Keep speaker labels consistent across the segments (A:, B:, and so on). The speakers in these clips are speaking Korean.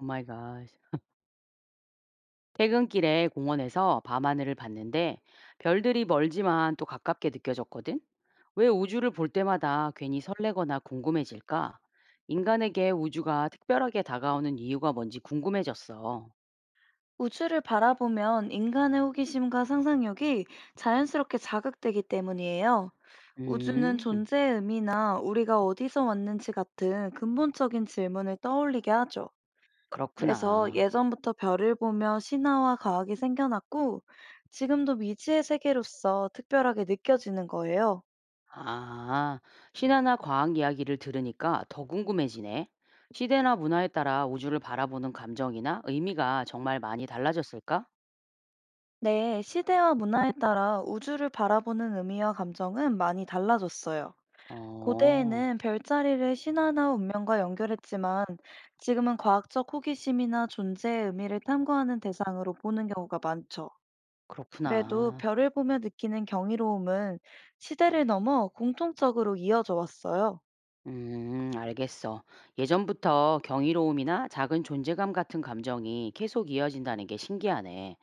A: 오 마이 갓. 퇴근길에 공원에서 밤하늘을 봤는데 별들이 멀지만 또 가깝게 느껴졌거든. 왜 우주를 볼 때마다 괜히 설레거나 궁금해질까? 인간에게 우주가 특별하게 다가오는 이유가 뭔지 궁금해졌어.
B: 우주를 바라보면 인간의 호기심과 상상력이 자연스럽게 자극되기 때문이에요. 우주는
A: 음,
B: 존재의 의미나 우리가 어디서 왔는지 같은 근본적인 질문을 떠올리게 하죠. 그래서
A: 그렇구나.
B: 예전부터 별을 보며 신화와 과학이 생겨났고, 지금도 미지의 세계로서 특별하게 느껴지는 거예요.
A: 아, 신화나 과학 이야기를 들으니까 더 궁금해지네. 시대나 문화에 따라 우주를 바라보는 감정이나 의미가 정말 많이 달라졌을까?
B: 네, 시대와 문화에 따라 우주를 바라보는 의미와 감정은 많이 달라졌어요.
A: 어,
B: 고대에는 별자리를 신화나 운명과 연결했지만 지금은 과학적 호기심이나 존재의 의미를 탐구하는 대상으로 보는 경우가 많죠. 그래도
A: 그렇구나.
B: 별을 보며 느끼는 경이로움은 시대를 넘어 공통적으로 이어져 왔어요.
A: 알겠어. 예전부터 경이로움이나 작은 존재감 같은 감정이 계속 이어진다는 게 신기하네.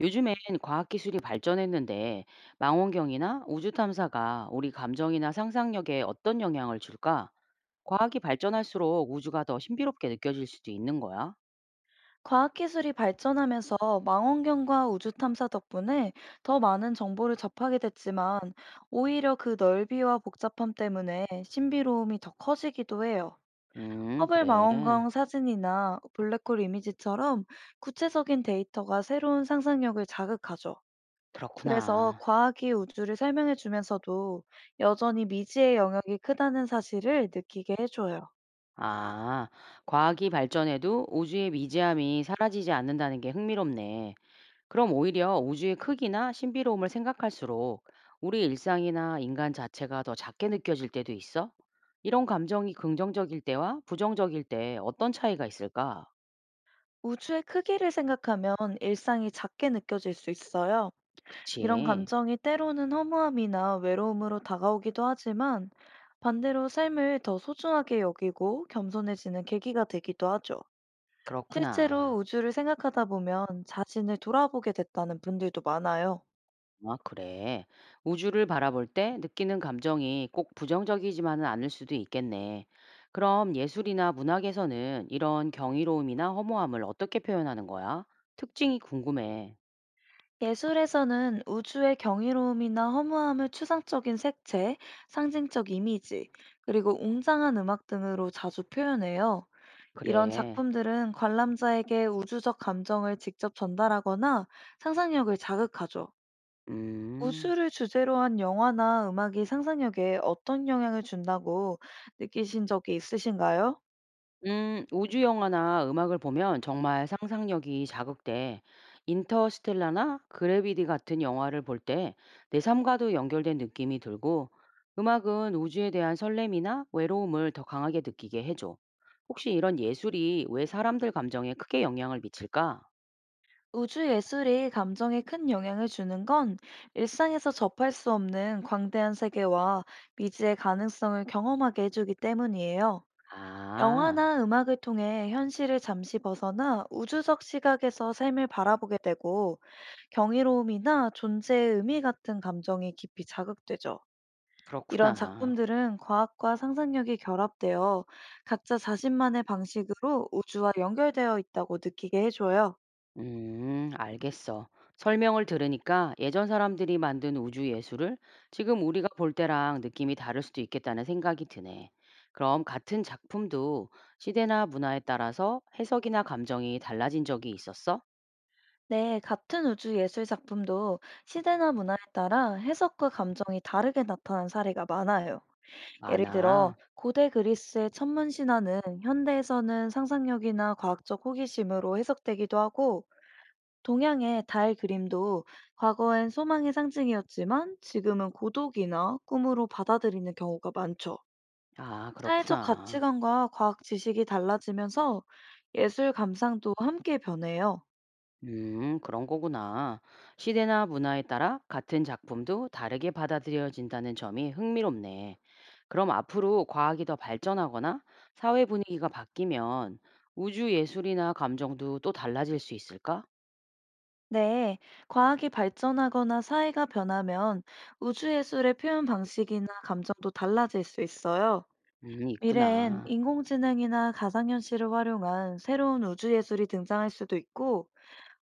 A: 요즘엔 과학기술이 발전했는데 망원경이나 우주 탐사가 우리 감정이나 상상력에 어떤 영향을 줄까? 과학이 발전할수록 우주가 더 신비롭게 느껴질 수도 있는 거야?
B: 과학기술이 발전하면서 망원경과 우주 탐사 덕분에 더 많은 정보를 접하게 됐지만 오히려 그 넓이와 복잡함 때문에 신비로움이 더 커지기도 해요. 허블
A: 그래.
B: 망원경 사진이나 블랙홀 이미지처럼 구체적인 데이터가 새로운 상상력을 자극하죠. 그래서
A: 그렇구나.
B: 과학이 우주를 설명해 주면서도 여전히 미지의 영역이 크다는 사실을 느끼게 해줘요.
A: 아, 과학이 발전해도 우주의 미지함이 사라지지 않는다는 게 흥미롭네. 그럼 오히려 우주의 크기나 신비로움을 생각할수록 우리 일상이나 인간 자체가 더 작게 느껴질 때도 있어? 이런 감정이 긍정적일 때와 부정적일 때 어떤 차이가 있을까?
B: 우주의 크기를 생각하면 일상이 작게 느껴질 수 있어요. 이런
A: 그치.
B: 감정이 때로는 허무함이나 외로움으로 다가오기도 하지만, 반대로 삶을 더 소중하게 여기고 겸손해지는 계기가 되기도 하죠. 실제로
A: 그렇구나.
B: 우주를 생각하다 보면 자신을 돌아보게 됐다는 분들도 많아요.
A: 아, 그래. 우주를 바라볼 때 느끼는 감정이 꼭 부정적이지만은 않을 수도 있겠네. 그럼 예술이나 문학에서는 이런 경이로움이나 허무함을 어떻게 표현하는 거야? 특징이 궁금해.
B: 예술에서는 우주의 경이로움이나 허무함을 추상적인 색채, 상징적 이미지, 그리고 웅장한 음악 등으로 자주 표현해요. 이런
A: 그래.
B: 작품들은 관람자에게 우주적 감정을 직접 전달하거나 상상력을 자극하죠.
A: 음.
B: 우주를 주제로 한 영화나 음악이 상상력에 어떤 영향을 준다고 느끼신 적이 있으신가요?
A: 우주 영화나 음악을 보면 정말 상상력이 자극돼. 인터스텔라나 그래비티 같은 영화를 볼 때 내 삶과도 연결된 느낌이 들고, 음악은 우주에 대한 설렘이나 외로움을 더 강하게 느끼게 해줘. 혹시 이런 예술이 왜 사람들 감정에 크게 영향을 미칠까?
B: 우주 예술이 감정에 큰 영향을 주는 건 일상에서 접할 수 없는 광대한 세계와 미지의 가능성을 경험하게 해주기 때문이에요.
A: 아,
B: 영화나 음악을 통해 현실을 잠시 벗어나 우주적 시각에서 삶을 바라보게 되고, 경이로움이나 존재의 의미 같은 감정이 깊이 자극되죠. 이런
A: 그렇구나.
B: 작품들은 과학과 상상력이 결합되어 각자 자신만의 방식으로 우주와 연결되어 있다고 느끼게 해줘요.
A: 알겠어. 설명을 들으니까 예전 사람들이 만든 우주 예술을 지금 우리가 볼 때랑 느낌이 다를 수도 있겠다는 생각이 드네. 그럼 같은 작품도 시대나 문화에 따라서 해석이나 감정이 달라진 적이 있었어?
B: 네, 같은 우주 예술 작품도 시대나 문화에 따라 해석과 감정이 다르게 나타난 사례가 많아요. 예를 들어,
A: 많아.
B: 고대 그리스의 천문 신화는 현대에서는 상상력이나 과학적 호기심으로 해석되기도 하고, 동양의 달 그림도 과거엔 소망의 상징이었지만 지금은 고독이나 꿈으로 받아들이는 경우가 많죠.
A: 아,
B: 사회적
A: 그렇구나.
B: 가치관과 과학 지식이 달라지면서 예술 감상도 함께 변해요.
A: 그런 거구나. 시대나 문화에 따라 같은 작품도 다르게 받아들여진다는 점이 흥미롭네. 그럼 앞으로 과학이 더 발전하거나 사회 분위기가 바뀌면 우주 예술이나 감정도 또 달라질 수 있을까?
B: 네, 과학이 발전하거나 사회가 변하면 우주예술의 표현 방식이나 감정도 달라질 수 있어요. 미래엔
A: 있구나.
B: 인공지능이나 가상현실을 활용한 새로운 우주예술이 등장할 수도 있고,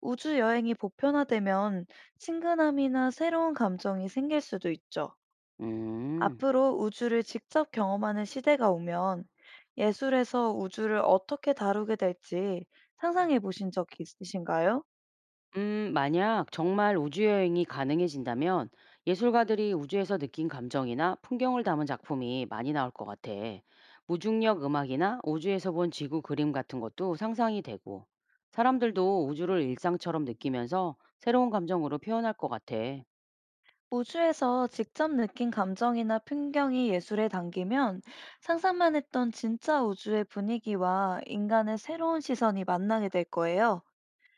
B: 우주 여행이 보편화되면 친근함이나 새로운 감정이 생길 수도 있죠.
A: 음.
B: 앞으로 우주를 직접 경험하는 시대가 오면 예술에서 우주를 어떻게 다루게 될지 상상해 보신 적 있으신가요?
A: 만약 정말 우주 여행이 가능해진다면 예술가들이 우주에서 느낀 감정이나 풍경을 담은 작품이 많이 나올 것 같아. 무중력 음악이나 우주에서 본 지구 그림 같은 것도 상상이 되고, 사람들도 우주를 일상처럼 느끼면서 새로운 감정으로 표현할 것 같아.
B: 우주에서 직접 느낀 감정이나 풍경이 예술에 담기면 상상만 했던 진짜 우주의 분위기와 인간의 새로운 시선이 만나게 될 거예요.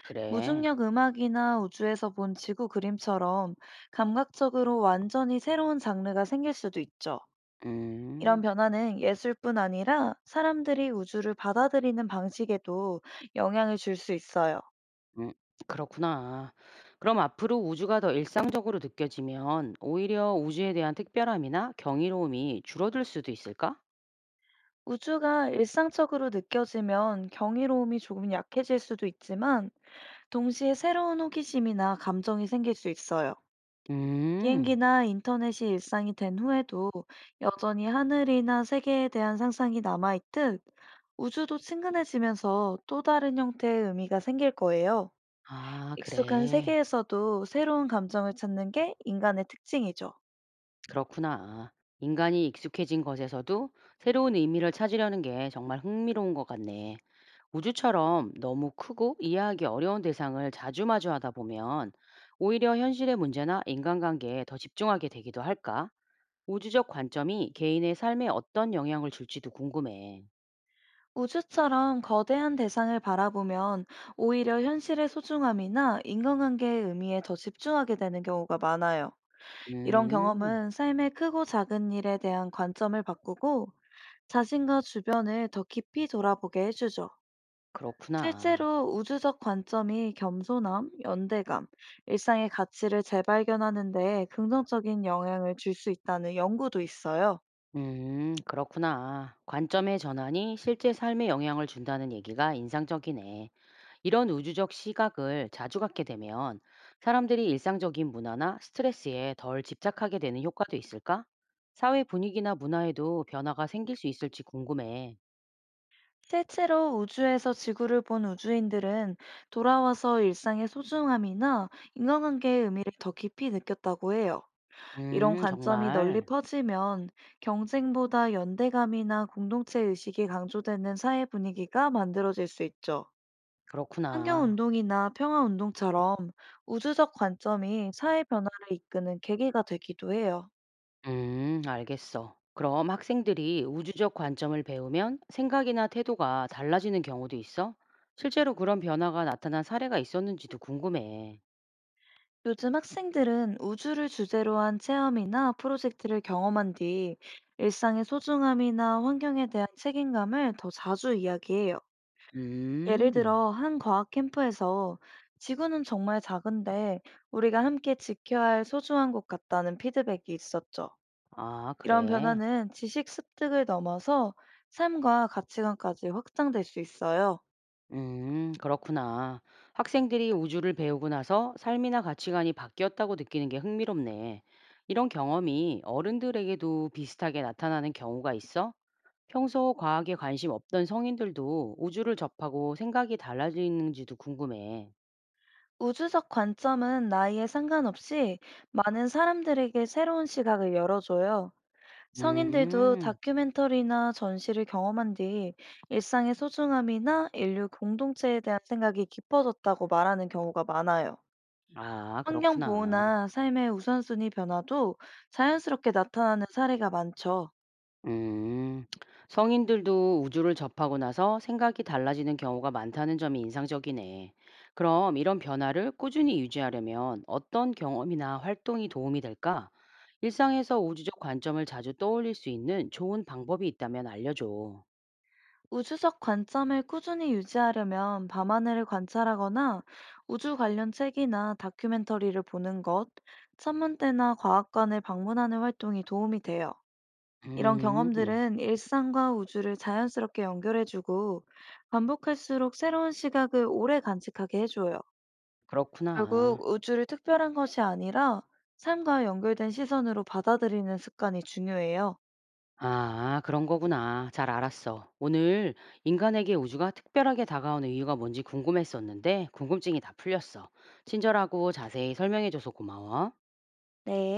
A: 그래.
B: 무중력 음악이나 우주에서 본 지구 그림처럼 감각적으로 완전히 새로운 장르가 생길 수도 있죠. 이런
A: 음,
B: 변화는 예술뿐 아니라 사람들이 우주를 받아들이는 방식에도 영향을 줄 수 있어요.
A: 음, 그렇구나. 그럼 앞으로 우주가 더 일상적으로 느껴지면 오히려 우주에 대한 특별함이나 경이로움이 줄어들 수도 있을까?
B: 우주가 일상적으로 느껴지면 경이로움이 조금 약해질 수도 있지만, 동시에 새로운 호기심이나 감정이 생길 수 있어요.
A: 음.
B: 비행기나 인터넷이 일상이 된 후에도 여전히 하늘이나 세계에 대한 상상이 남아있듯, 우주도 친근해지면서 또 다른 형태의 의미가 생길 거예요.
A: 아,
B: 익숙한
A: 그래.
B: 세계에서도 새로운 감정을 찾는 게 인간의 특징이죠.
A: 그렇구나. 인간이 익숙해진 것에서도 새로운 의미를 찾으려는 게 정말 흥미로운 것 같네. 우주처럼 너무 크고 이해하기 어려운 대상을 자주 마주하다 보면 오히려 현실의 문제나 인간관계에 더 집중하게 되기도 할까? 우주적 관점이 개인의 삶에 어떤 영향을 줄지도 궁금해.
B: 우주처럼 거대한 대상을 바라보면 오히려 현실의 소중함이나 인간관계의 의미에 더 집중하게 되는 경우가 많아요. 이런
A: 음,
B: 경험은 삶의 크고 작은 일에 대한 관점을 바꾸고 자신과 주변을 더 깊이 돌아보게 해주죠.
A: 그렇구나.
B: 실제로 우주적 관점이 겸손함, 연대감, 일상의 가치를 재발견하는 데 긍정적인 영향을 줄 수 있다는 연구도 있어요.
A: 그렇구나. 관점의 전환이 실제 삶에 영향을 준다는 얘기가 인상적이네. 이런 우주적 시각을 자주 갖게 되면 사람들이 일상적인 문화나 스트레스에 덜 집착하게 되는 효과도 있을까? 사회 분위기나 문화에도 변화가 생길 수 있을지 궁금해.
B: 실제로 우주에서 지구를 본 우주인들은 돌아와서 일상의 소중함이나 인간관계의 의미를 더 깊이 느꼈다고 해요. 이런 관점이 널리
A: 정말.
B: 퍼지면 경쟁보다 연대감이나 공동체 의식이 강조되는 사회 분위기가 만들어질 수 있죠.
A: 그렇구나.
B: 환경운동이나 평화운동처럼 우주적 관점이 사회 변화를 이끄는 계기가 되기도 해요.
A: 알겠어. 그럼 학생들이 우주적 관점을 배우면 생각이나 태도가 달라지는 경우도 있어? 실제로 그런 변화가 나타난 사례가 있었는지도 궁금해.
B: 요즘 학생들은 우주를 주제로 한 체험이나 프로젝트를 경험한 뒤 일상의 소중함이나 환경에 대한 책임감을 더 자주 이야기해요. 예를
A: 음,
B: 들어, 한 과학 캠프에서 지구는 정말 작은데 우리가 함께 지켜야 할 소중한 것 같다는 피드백이 있었죠.
A: 아,
B: 이런
A: 그래.
B: 변화는 지식 습득을 넘어서 삶과 가치관까지 확장될 수 있어요.
A: 그렇구나. 학생들이 우주를 배우고 나서 삶이나 가치관이 바뀌었다고 느끼는 게 흥미롭네. 이런 경험이 어른들에게도 비슷하게 나타나는 경우가 있어? 평소 과학에 관심 없던 성인들도 우주를 접하고 생각이 달라지는지도 궁금해.
B: 우주적 관점은 나이에 상관없이 많은 사람들에게 새로운 시각을 열어줘요. 성인들도
A: 음,
B: 다큐멘터리나 전시를 경험한 뒤 일상의 소중함이나 인류 공동체에 대한 생각이 깊어졌다고 말하는 경우가 많아요.
A: 아,
B: 환경
A: 그렇구나.
B: 보호나 삶의 우선순위 변화도 자연스럽게 나타나는 사례가 많죠.
A: 음, 성인들도 우주를 접하고 나서 생각이 달라지는 경우가 많다는 점이 인상적이네. 그럼 이런 변화를 꾸준히 유지하려면 어떤 경험이나 활동이 도움이 될까? 일상에서 우주적 관점을 자주 떠올릴 수 있는 좋은 방법이 있다면 알려줘.
B: 우주적 관점을 꾸준히 유지하려면 밤하늘을 관찰하거나 우주 관련 책이나 다큐멘터리를 보는 것, 천문대나 과학관을 방문하는 활동이 도움이 돼요. 이런
A: 음,
B: 경험들은 일상과 우주를 자연스럽게 연결해주고 반복할수록 새로운 시각을 오래 간직하게 해줘요.
A: 그렇구나.
B: 결국 우주를 특별한 것이 아니라 삶과 연결된 시선으로 받아들이는 습관이 중요해요.
A: 아, 그런 거구나. 잘 알았어. 오늘 인간에게 우주가 특별하게 다가오는 이유가 뭔지 궁금했었는데, 궁금증이 다 풀렸어. 친절하고 자세히 설명해줘서 고마워.
B: 네.